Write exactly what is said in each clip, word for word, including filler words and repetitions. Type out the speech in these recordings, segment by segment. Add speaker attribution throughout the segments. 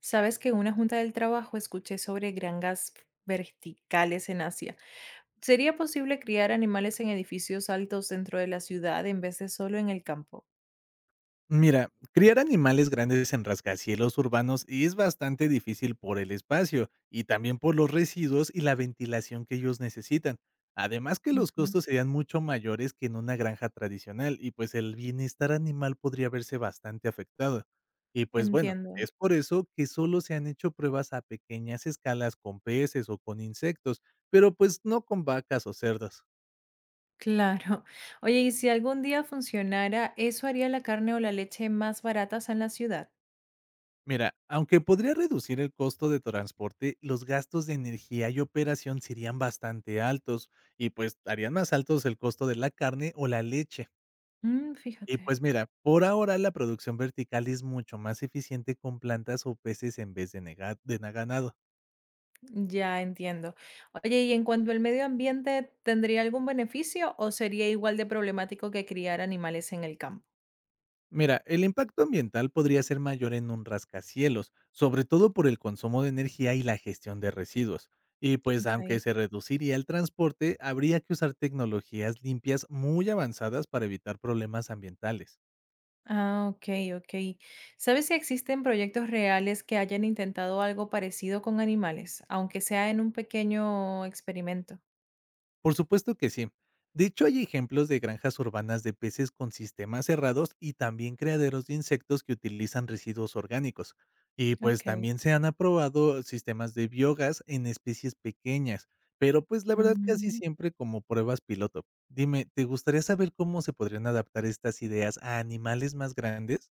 Speaker 1: Sabes que en una junta del trabajo escuché sobre granjas verticales en Asia. ¿Sería posible criar animales en edificios altos dentro de la ciudad en vez de solo en el campo?
Speaker 2: Mira, criar animales grandes en rascacielos urbanos es bastante difícil por el espacio y también por los residuos y la ventilación que ellos necesitan. Además que los
Speaker 1: Ujú.
Speaker 2: costos serían mucho mayores que en una granja tradicional y pues el bienestar animal podría verse bastante afectado. Y pues bueno,
Speaker 1: Entiendo.
Speaker 2: es por eso que solo se han hecho pruebas a pequeñas escalas con peces o con insectos, pero pues no con vacas o cerdos.
Speaker 1: Claro. Oye, ¿y si algún día funcionara, eso haría la carne o la leche más baratas en la ciudad?
Speaker 2: Mira, aunque podría reducir el costo de transporte, los gastos de energía y operación serían bastante altos y pues harían más altos el costo de la carne o la leche.
Speaker 1: Mm,
Speaker 2: Y
Speaker 1: fíjate.
Speaker 2: pues mira, por ahora la producción vertical es mucho más eficiente con plantas o peces en vez de, nega- de na- ganado.
Speaker 1: Ya entiendo. Oye, ¿y en cuanto al medio ambiente, tendría algún beneficio o sería igual de problemático que criar animales en el campo?
Speaker 2: Mira, el impacto ambiental podría ser mayor en un rascacielos, sobre todo por el consumo de energía y la gestión de residuos. Y pues aunque
Speaker 1: Ok.
Speaker 2: se reduciría el transporte, habría que usar tecnologías limpias muy avanzadas para evitar problemas ambientales.
Speaker 1: Ah, ok, ok. ¿Sabes si existen proyectos reales que hayan intentado algo parecido con animales, aunque sea en un pequeño experimento?
Speaker 2: Por supuesto que sí. De hecho, hay ejemplos de granjas urbanas de peces con sistemas cerrados y también criaderos de insectos que utilizan residuos orgánicos. Y pues
Speaker 1: Ok.
Speaker 2: también se han aprobado sistemas de biogas en especies pequeñas, pero pues la verdad casi
Speaker 1: Mm,
Speaker 2: siempre como pruebas piloto. Dime, ¿te gustaría saber cómo se podrían adaptar estas ideas a animales más grandes?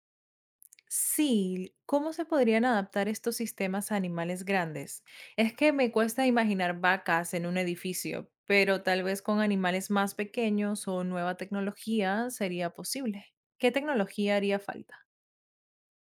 Speaker 1: sí, ¿cómo se podrían adaptar estos sistemas a animales grandes? Es que me cuesta imaginar vacas en un edificio, pero tal vez con animales más pequeños o nueva tecnología sería posible. ¿Qué tecnología haría falta?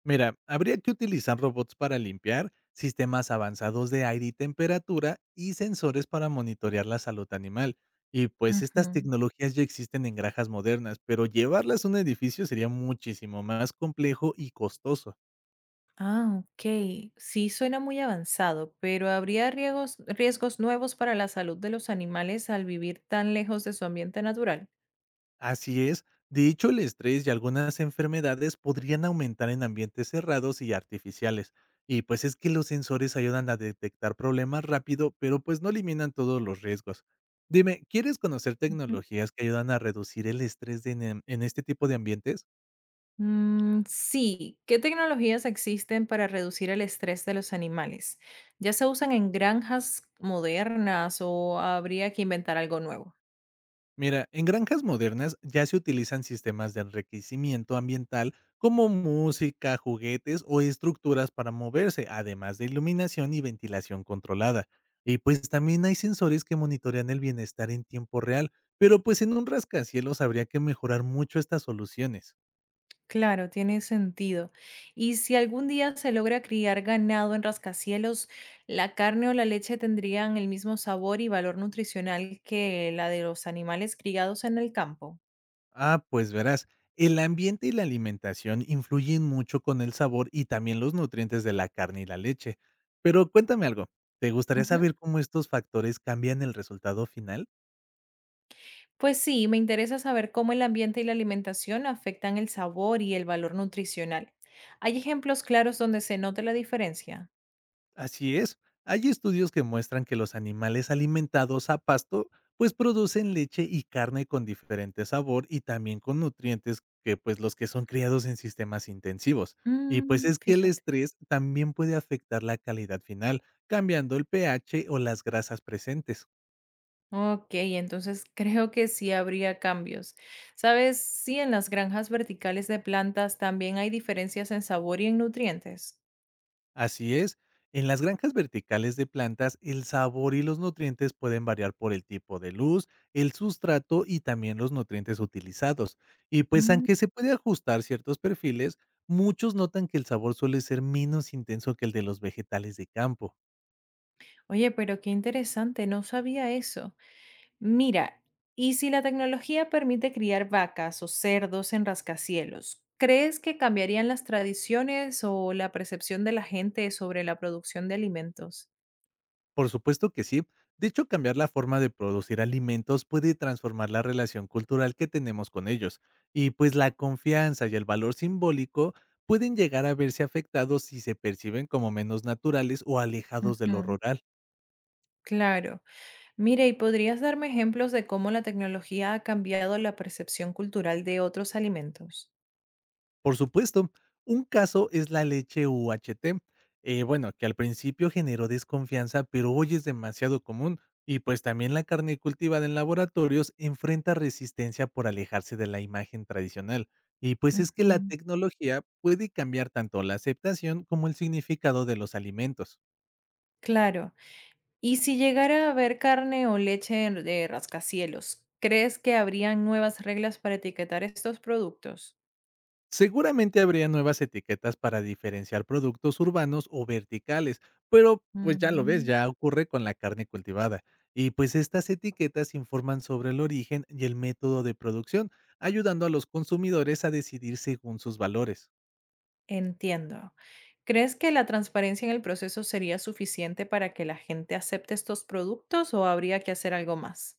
Speaker 2: Mira, habría que utilizar robots para limpiar, sistemas avanzados de aire y temperatura y sensores para monitorear la salud animal. Y pues estas tecnologías ya existen en granjas modernas, pero llevarlas a un edificio sería muchísimo más complejo y costoso.
Speaker 1: Ah, ok. Sí suena muy avanzado, pero ¿habría riesgos, riesgos nuevos para la salud de los animales al vivir tan lejos de su ambiente natural?
Speaker 2: Así es. De hecho, el estrés y algunas enfermedades podrían aumentar en ambientes cerrados y artificiales. Y pues es que los sensores ayudan a detectar problemas rápido, pero pues no eliminan todos los riesgos. Dime, ¿quieres conocer
Speaker 1: Ujú.
Speaker 2: tecnologías que ayudan a reducir el estrés de en, en este tipo de ambientes?
Speaker 1: Mm, sí. ¿Qué tecnologías existen para reducir el estrés de los animales? ¿Ya se usan en granjas modernas o habría que inventar algo nuevo?
Speaker 2: Mira, en granjas modernas ya se utilizan sistemas de enriquecimiento ambiental como música, juguetes o estructuras para moverse, además de iluminación y ventilación controlada. Y pues también hay sensores que monitorean el bienestar en tiempo real, pero pues en un rascacielos habría que mejorar mucho estas soluciones.
Speaker 1: Claro, tiene sentido. Y si algún día se logra criar ganado en rascacielos, la carne o la leche tendrían el mismo sabor y valor nutricional que la de los animales criados en el campo.
Speaker 2: Ah, pues verás, el ambiente y la alimentación influyen mucho con el sabor y también los nutrientes de la carne y la leche. Pero cuéntame algo, ¿te gustaría
Speaker 1: Ujú.
Speaker 2: saber cómo estos factores cambian el resultado final?
Speaker 1: Pues sí, me interesa saber cómo el ambiente y la alimentación afectan el sabor y el valor nutricional. ¿Hay ejemplos claros donde se note la diferencia?
Speaker 2: Así es. Hay estudios que muestran que los animales alimentados a pasto pues producen leche y carne con diferente sabor y también con nutrientes que pues los que son criados en sistemas intensivos. Y pues
Speaker 1: Mm,
Speaker 2: es que el
Speaker 1: fíjate.
Speaker 2: estrés también puede afectar la calidad final, cambiando el pH o las grasas presentes.
Speaker 1: Ok, entonces creo que sí habría cambios. ¿Sabes si en las granjas verticales de plantas también hay diferencias en sabor y en nutrientes?
Speaker 2: Así es. En las granjas verticales de plantas, el sabor y los nutrientes pueden variar por el tipo de luz, el sustrato y también los nutrientes utilizados. Y pues
Speaker 1: Mm.
Speaker 2: aunque se puede ajustar ciertos perfiles, muchos notan que el sabor suele ser menos intenso que el de los vegetales de campo.
Speaker 1: Oye, pero qué interesante, no sabía eso. Mira, ¿y si la tecnología permite criar vacas o cerdos en rascacielos? ¿Crees que cambiarían las tradiciones o la percepción de la gente sobre la producción de alimentos?
Speaker 2: Por supuesto que sí. De hecho, cambiar la forma de producir alimentos puede transformar la relación cultural que tenemos con ellos. Y pues la confianza y el valor simbólico pueden llegar a verse afectados si se perciben como menos naturales o alejados de lo
Speaker 1: Ujú.
Speaker 2: rural.
Speaker 1: Claro. Mire, ¿y podrías darme ejemplos de cómo la tecnología ha cambiado la percepción cultural de otros alimentos?
Speaker 2: Por supuesto, un caso es la leche U H T. eh, bueno, que al principio generó desconfianza, pero hoy es demasiado común. Y pues también la carne cultivada en laboratorios enfrenta resistencia por alejarse de la imagen tradicional. Y pues es que la
Speaker 1: Ujú.
Speaker 2: tecnología puede cambiar tanto la aceptación como el significado de los alimentos.
Speaker 1: Claro. Y si llegara a haber carne o leche en- de rascacielos, ¿crees que habrían nuevas reglas para etiquetar estos productos?
Speaker 2: Seguramente habría nuevas etiquetas para diferenciar productos urbanos o verticales, pero pues ya lo ves,
Speaker 1: Mm.
Speaker 2: ya ocurre con la carne cultivada. Y pues estas etiquetas informan sobre el origen y el método de producción, ayudando a los consumidores a decidir según sus valores.
Speaker 1: Entiendo. ¿Crees que la transparencia en el proceso sería suficiente para que la gente acepte estos productos o habría que hacer algo más?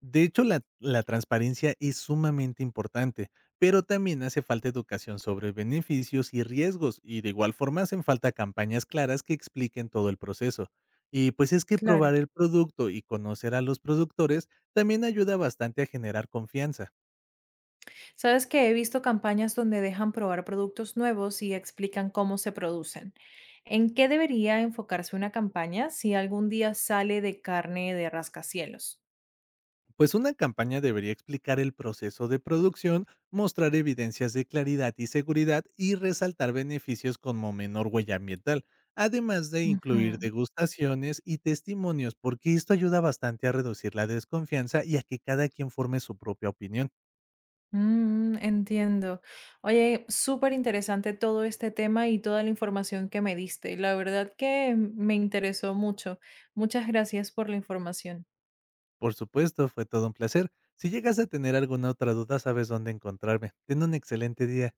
Speaker 2: De hecho, la, la transparencia es sumamente importante, pero también hace falta educación sobre beneficios y riesgos, y de igual forma hacen falta campañas claras que expliquen todo el proceso. Y pues es que
Speaker 1: Claro.
Speaker 2: probar el producto y conocer a los productores también ayuda bastante a generar confianza.
Speaker 1: Sabes que he visto campañas donde dejan probar productos nuevos y explican cómo se producen. ¿En qué debería enfocarse una campaña si algún día sale de carne de rascacielos?
Speaker 2: Pues una campaña debería explicar el proceso de producción, mostrar evidencias de claridad y seguridad y resaltar beneficios como menor huella ambiental, además de incluir
Speaker 1: Ujú.
Speaker 2: degustaciones y testimonios, porque esto ayuda bastante a reducir la desconfianza y a que cada quien forme su propia opinión.
Speaker 1: Mm, entiendo. Oye, súper interesante todo este tema y toda la información que me diste. La verdad que me interesó mucho. Muchas gracias por la información.
Speaker 2: Por supuesto, fue todo un placer. Si llegas a tener alguna otra duda, sabes dónde encontrarme. Ten un excelente día.